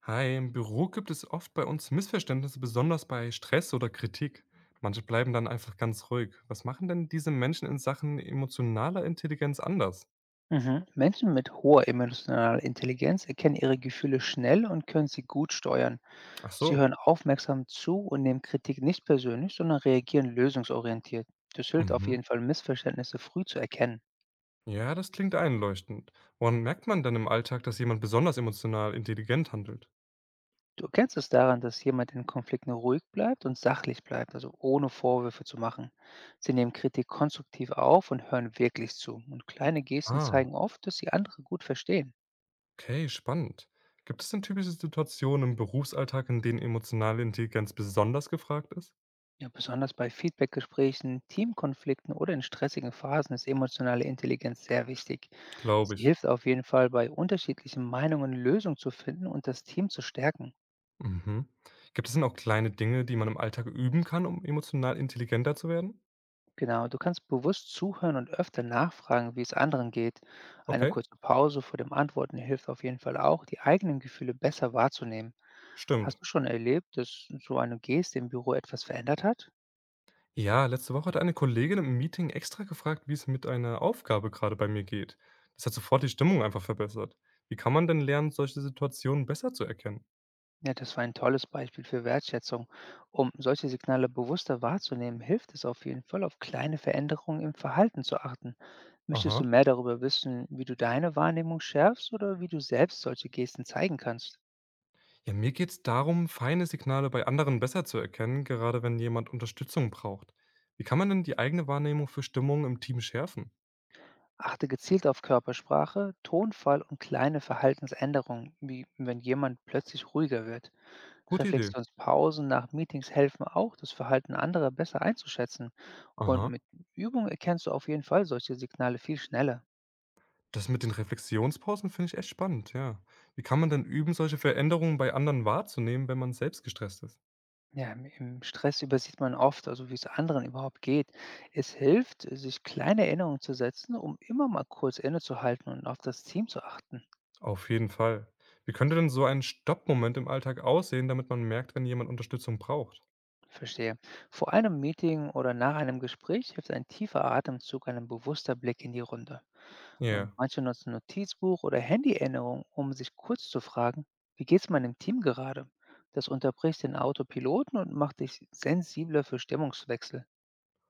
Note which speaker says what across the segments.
Speaker 1: Hi, im Büro gibt es oft bei uns Missverständnisse, besonders bei Stress oder Kritik. Manche bleiben dann einfach ganz ruhig. Was machen denn diese Menschen in Sachen emotionaler Intelligenz anders?
Speaker 2: Mhm. Menschen mit hoher emotionaler Intelligenz erkennen ihre Gefühle schnell und können sie gut steuern.
Speaker 1: Ach
Speaker 2: Sie
Speaker 1: so.
Speaker 2: hören aufmerksam zu und nehmen Kritik nicht persönlich, sondern reagieren lösungsorientiert. Das hilft auf
Speaker 1: Mhm.
Speaker 2: jeden Fall, Missverständnisse früh zu erkennen.
Speaker 1: Ja, das klingt einleuchtend. Woran merkt man dann im Alltag, dass jemand besonders emotional intelligent handelt?
Speaker 2: Du erkennst es daran, dass jemand in Konflikten ruhig bleibt und sachlich bleibt, also ohne Vorwürfe zu machen. Sie nehmen Kritik konstruktiv auf und hören wirklich zu. Und kleine Gesten
Speaker 1: Ah,
Speaker 2: zeigen oft, dass sie andere gut verstehen.
Speaker 1: okay, spannend. Gibt es denn typische Situationen im Berufsalltag, in denen emotionale Intelligenz besonders gefragt ist?
Speaker 2: Ja, besonders bei Feedbackgesprächen, Teamkonflikten oder in stressigen Phasen ist emotionale Intelligenz sehr wichtig.
Speaker 1: Glaube
Speaker 2: Sie
Speaker 1: ich.
Speaker 2: hilft auf jeden Fall bei unterschiedlichen Meinungen Lösungen zu finden und das Team zu stärken.
Speaker 1: Mhm. Gibt es denn auch kleine Dinge, die man im Alltag üben kann, um emotional intelligenter zu werden?
Speaker 2: Genau, du kannst bewusst zuhören und öfter nachfragen, wie es anderen geht. Eine
Speaker 1: Okay,
Speaker 2: kurze Pause vor dem Antworten hilft auf jeden Fall auch, die eigenen Gefühle besser wahrzunehmen.
Speaker 1: stimmt.
Speaker 2: Hast du schon erlebt, dass so eine Geste im Büro etwas verändert hat?
Speaker 1: Ja, letzte Woche hat eine Kollegin im Meeting extra gefragt, wie es mit einer Aufgabe gerade bei mir geht. Das hat sofort die Stimmung einfach verbessert. Wie kann man denn lernen, solche Situationen besser zu erkennen?
Speaker 2: Ja, das war ein tolles Beispiel für Wertschätzung. Um solche Signale bewusster wahrzunehmen, hilft es auf jeden Fall, auf kleine Veränderungen im Verhalten zu achten. Möchtest du
Speaker 1: Aha.
Speaker 2: mehr darüber wissen, wie du deine Wahrnehmung schärfst oder wie du selbst solche Gesten zeigen kannst?
Speaker 1: Ja, mir geht es darum, feine Signale bei anderen besser zu erkennen, gerade wenn jemand Unterstützung braucht. Wie kann man denn die eigene Wahrnehmung für Stimmung im Team schärfen?
Speaker 2: Achte gezielt auf Körpersprache, Tonfall und kleine Verhaltensänderungen, wie wenn jemand plötzlich ruhiger wird.
Speaker 1: Gute Idee.
Speaker 2: Reflexionspausen nach Meetings helfen auch, das Verhalten anderer besser einzuschätzen. Und
Speaker 1: Aha.
Speaker 2: mit Übung erkennst du auf jeden Fall solche Signale viel schneller.
Speaker 1: Das mit den Reflexionspausen finde ich echt spannend, ja. Wie kann man denn üben, solche Veränderungen bei anderen wahrzunehmen, wenn man selbst gestresst ist?
Speaker 2: Ja, im Stress übersieht man oft, also wie es anderen überhaupt geht. Es hilft, sich kleine Erinnerungen zu setzen, um immer mal kurz innezuhalten und auf das Team zu achten.
Speaker 1: Auf jeden Fall. Wie könnte denn so ein Stoppmoment im Alltag aussehen, damit man merkt, wenn jemand Unterstützung braucht?
Speaker 2: Verstehe. Vor einem Meeting oder nach einem Gespräch hilft ein tiefer Atemzug, ein bewusster Blick in die Runde. Und
Speaker 1: Ja,
Speaker 2: manche nutzen Notizbuch oder Handy-Erinnerungen, um sich kurz zu fragen, wie geht's meinem Team gerade? Das unterbricht den Autopiloten und macht dich sensibler für Stimmungswechsel.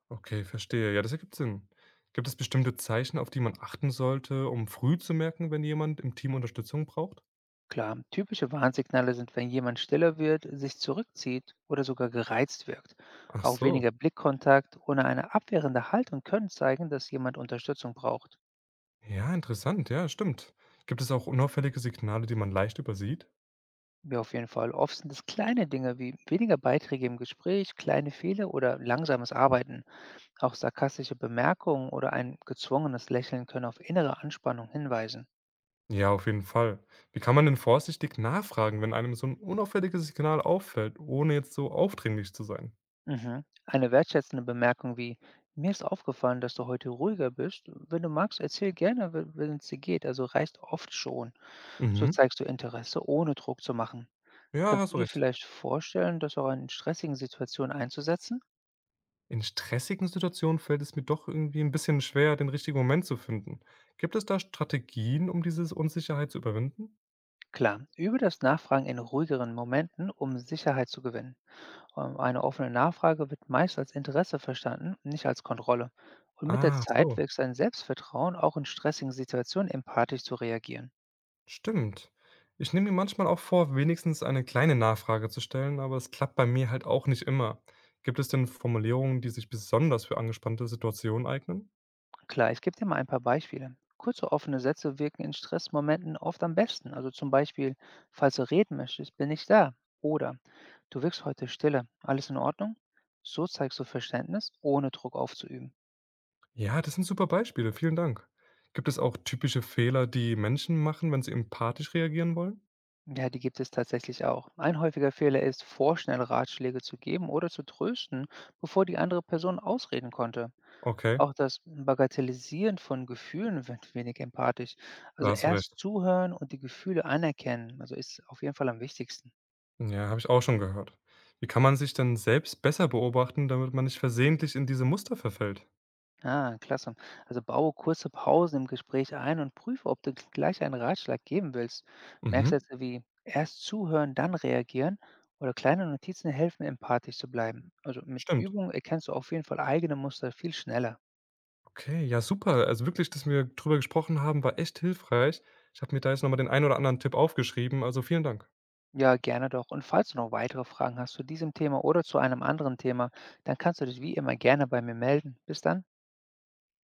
Speaker 1: okay, verstehe. Ja, das ergibt Sinn. Gibt es bestimmte Zeichen, auf die man achten sollte, um früh zu merken, wenn jemand im Team Unterstützung braucht?
Speaker 2: Klar, typische Warnsignale sind, wenn jemand stiller wird, sich zurückzieht oder sogar gereizt wirkt.
Speaker 1: Ach
Speaker 2: Auch
Speaker 1: so.
Speaker 2: weniger Blickkontakt oder eine abwehrende Haltung können zeigen, dass jemand Unterstützung braucht.
Speaker 1: Ja, interessant. Ja, stimmt. Gibt es auch unauffällige Signale, die man leicht übersieht?
Speaker 2: Ja, auf jeden Fall. Oft sind es kleine Dinge wie weniger Beiträge im Gespräch, kleine Fehler oder langsames Arbeiten. Auch sarkastische Bemerkungen oder ein gezwungenes Lächeln können auf innere Anspannung hinweisen.
Speaker 1: Ja, auf jeden Fall. Wie kann man denn vorsichtig nachfragen, wenn einem so ein unauffälliges Signal auffällt, ohne jetzt so aufdringlich zu sein?
Speaker 2: Mhm. Eine wertschätzende Bemerkung wie, mir ist aufgefallen, dass du heute ruhiger bist. Wenn du magst, erzähl gerne, wenn es dir geht. Also reicht oft schon. So
Speaker 1: Mhm.
Speaker 2: zeigst du Interesse, ohne Druck zu machen.
Speaker 1: Ja,
Speaker 2: Kannst
Speaker 1: hast
Speaker 2: du
Speaker 1: du
Speaker 2: dir
Speaker 1: recht.
Speaker 2: vielleicht vorstellen, das auch in stressigen Situationen einzusetzen?
Speaker 1: In stressigen Situationen fällt es mir doch irgendwie ein bisschen schwer, den richtigen Moment zu finden. Gibt es da Strategien, um diese Unsicherheit zu überwinden?
Speaker 2: Klar, übe das Nachfragen in ruhigeren Momenten, um Sicherheit zu gewinnen. Eine offene Nachfrage wird meist als Interesse verstanden, nicht als Kontrolle. Und mit der
Speaker 1: Ah,
Speaker 2: Zeit
Speaker 1: so.
Speaker 2: wächst dein Selbstvertrauen, auch in stressigen Situationen empathisch zu reagieren.
Speaker 1: Stimmt. Ich nehme mir manchmal auch vor, wenigstens eine kleine Nachfrage zu stellen, aber es klappt bei mir halt auch nicht immer. Gibt es denn Formulierungen, die sich besonders für angespannte Situationen eignen?
Speaker 2: Klar, ich gebe dir mal ein paar Beispiele. Kurze offene Sätze wirken in Stressmomenten oft am besten. Also zum Beispiel, falls du reden möchtest, bin ich da. Oder du wirkst heute stille. Alles in Ordnung? So zeigst du Verständnis, ohne Druck aufzuüben.
Speaker 1: Ja, das sind super Beispiele. Vielen Dank. Gibt es auch typische Fehler, die Menschen machen, wenn sie empathisch reagieren wollen?
Speaker 2: Ja, die gibt es tatsächlich auch. Ein häufiger Fehler ist, vorschnell Ratschläge zu geben oder zu trösten, bevor die andere Person ausreden konnte.
Speaker 1: Okay,
Speaker 2: Auch das Bagatellisieren von Gefühlen wird wenig empathisch. Also
Speaker 1: da hast du recht.
Speaker 2: erst zuhören und die Gefühle anerkennen, also ist auf jeden Fall am wichtigsten.
Speaker 1: Ja, habe ich auch schon gehört. Wie kann man sich denn selbst besser beobachten, damit man nicht versehentlich in diese Muster verfällt?
Speaker 2: Ah, klasse. Also baue kurze Pausen im Gespräch ein und prüfe, ob du gleich einen Ratschlag geben willst.
Speaker 1: Mhm,
Speaker 2: Merksätze wie erst zuhören, dann reagieren oder kleine Notizen helfen, empathisch zu bleiben. Also mit
Speaker 1: stimmt.
Speaker 2: Übung erkennst du auf jeden Fall eigene Muster viel schneller.
Speaker 1: Okay, ja, super. Also wirklich, dass wir drüber gesprochen haben, war echt hilfreich. Ich habe mir da jetzt nochmal den einen oder anderen Tipp aufgeschrieben. Also vielen Dank.
Speaker 2: Ja, gerne doch. Und falls du noch weitere Fragen hast zu diesem Thema oder zu einem anderen Thema, dann kannst du dich wie immer gerne bei mir melden. Bis dann.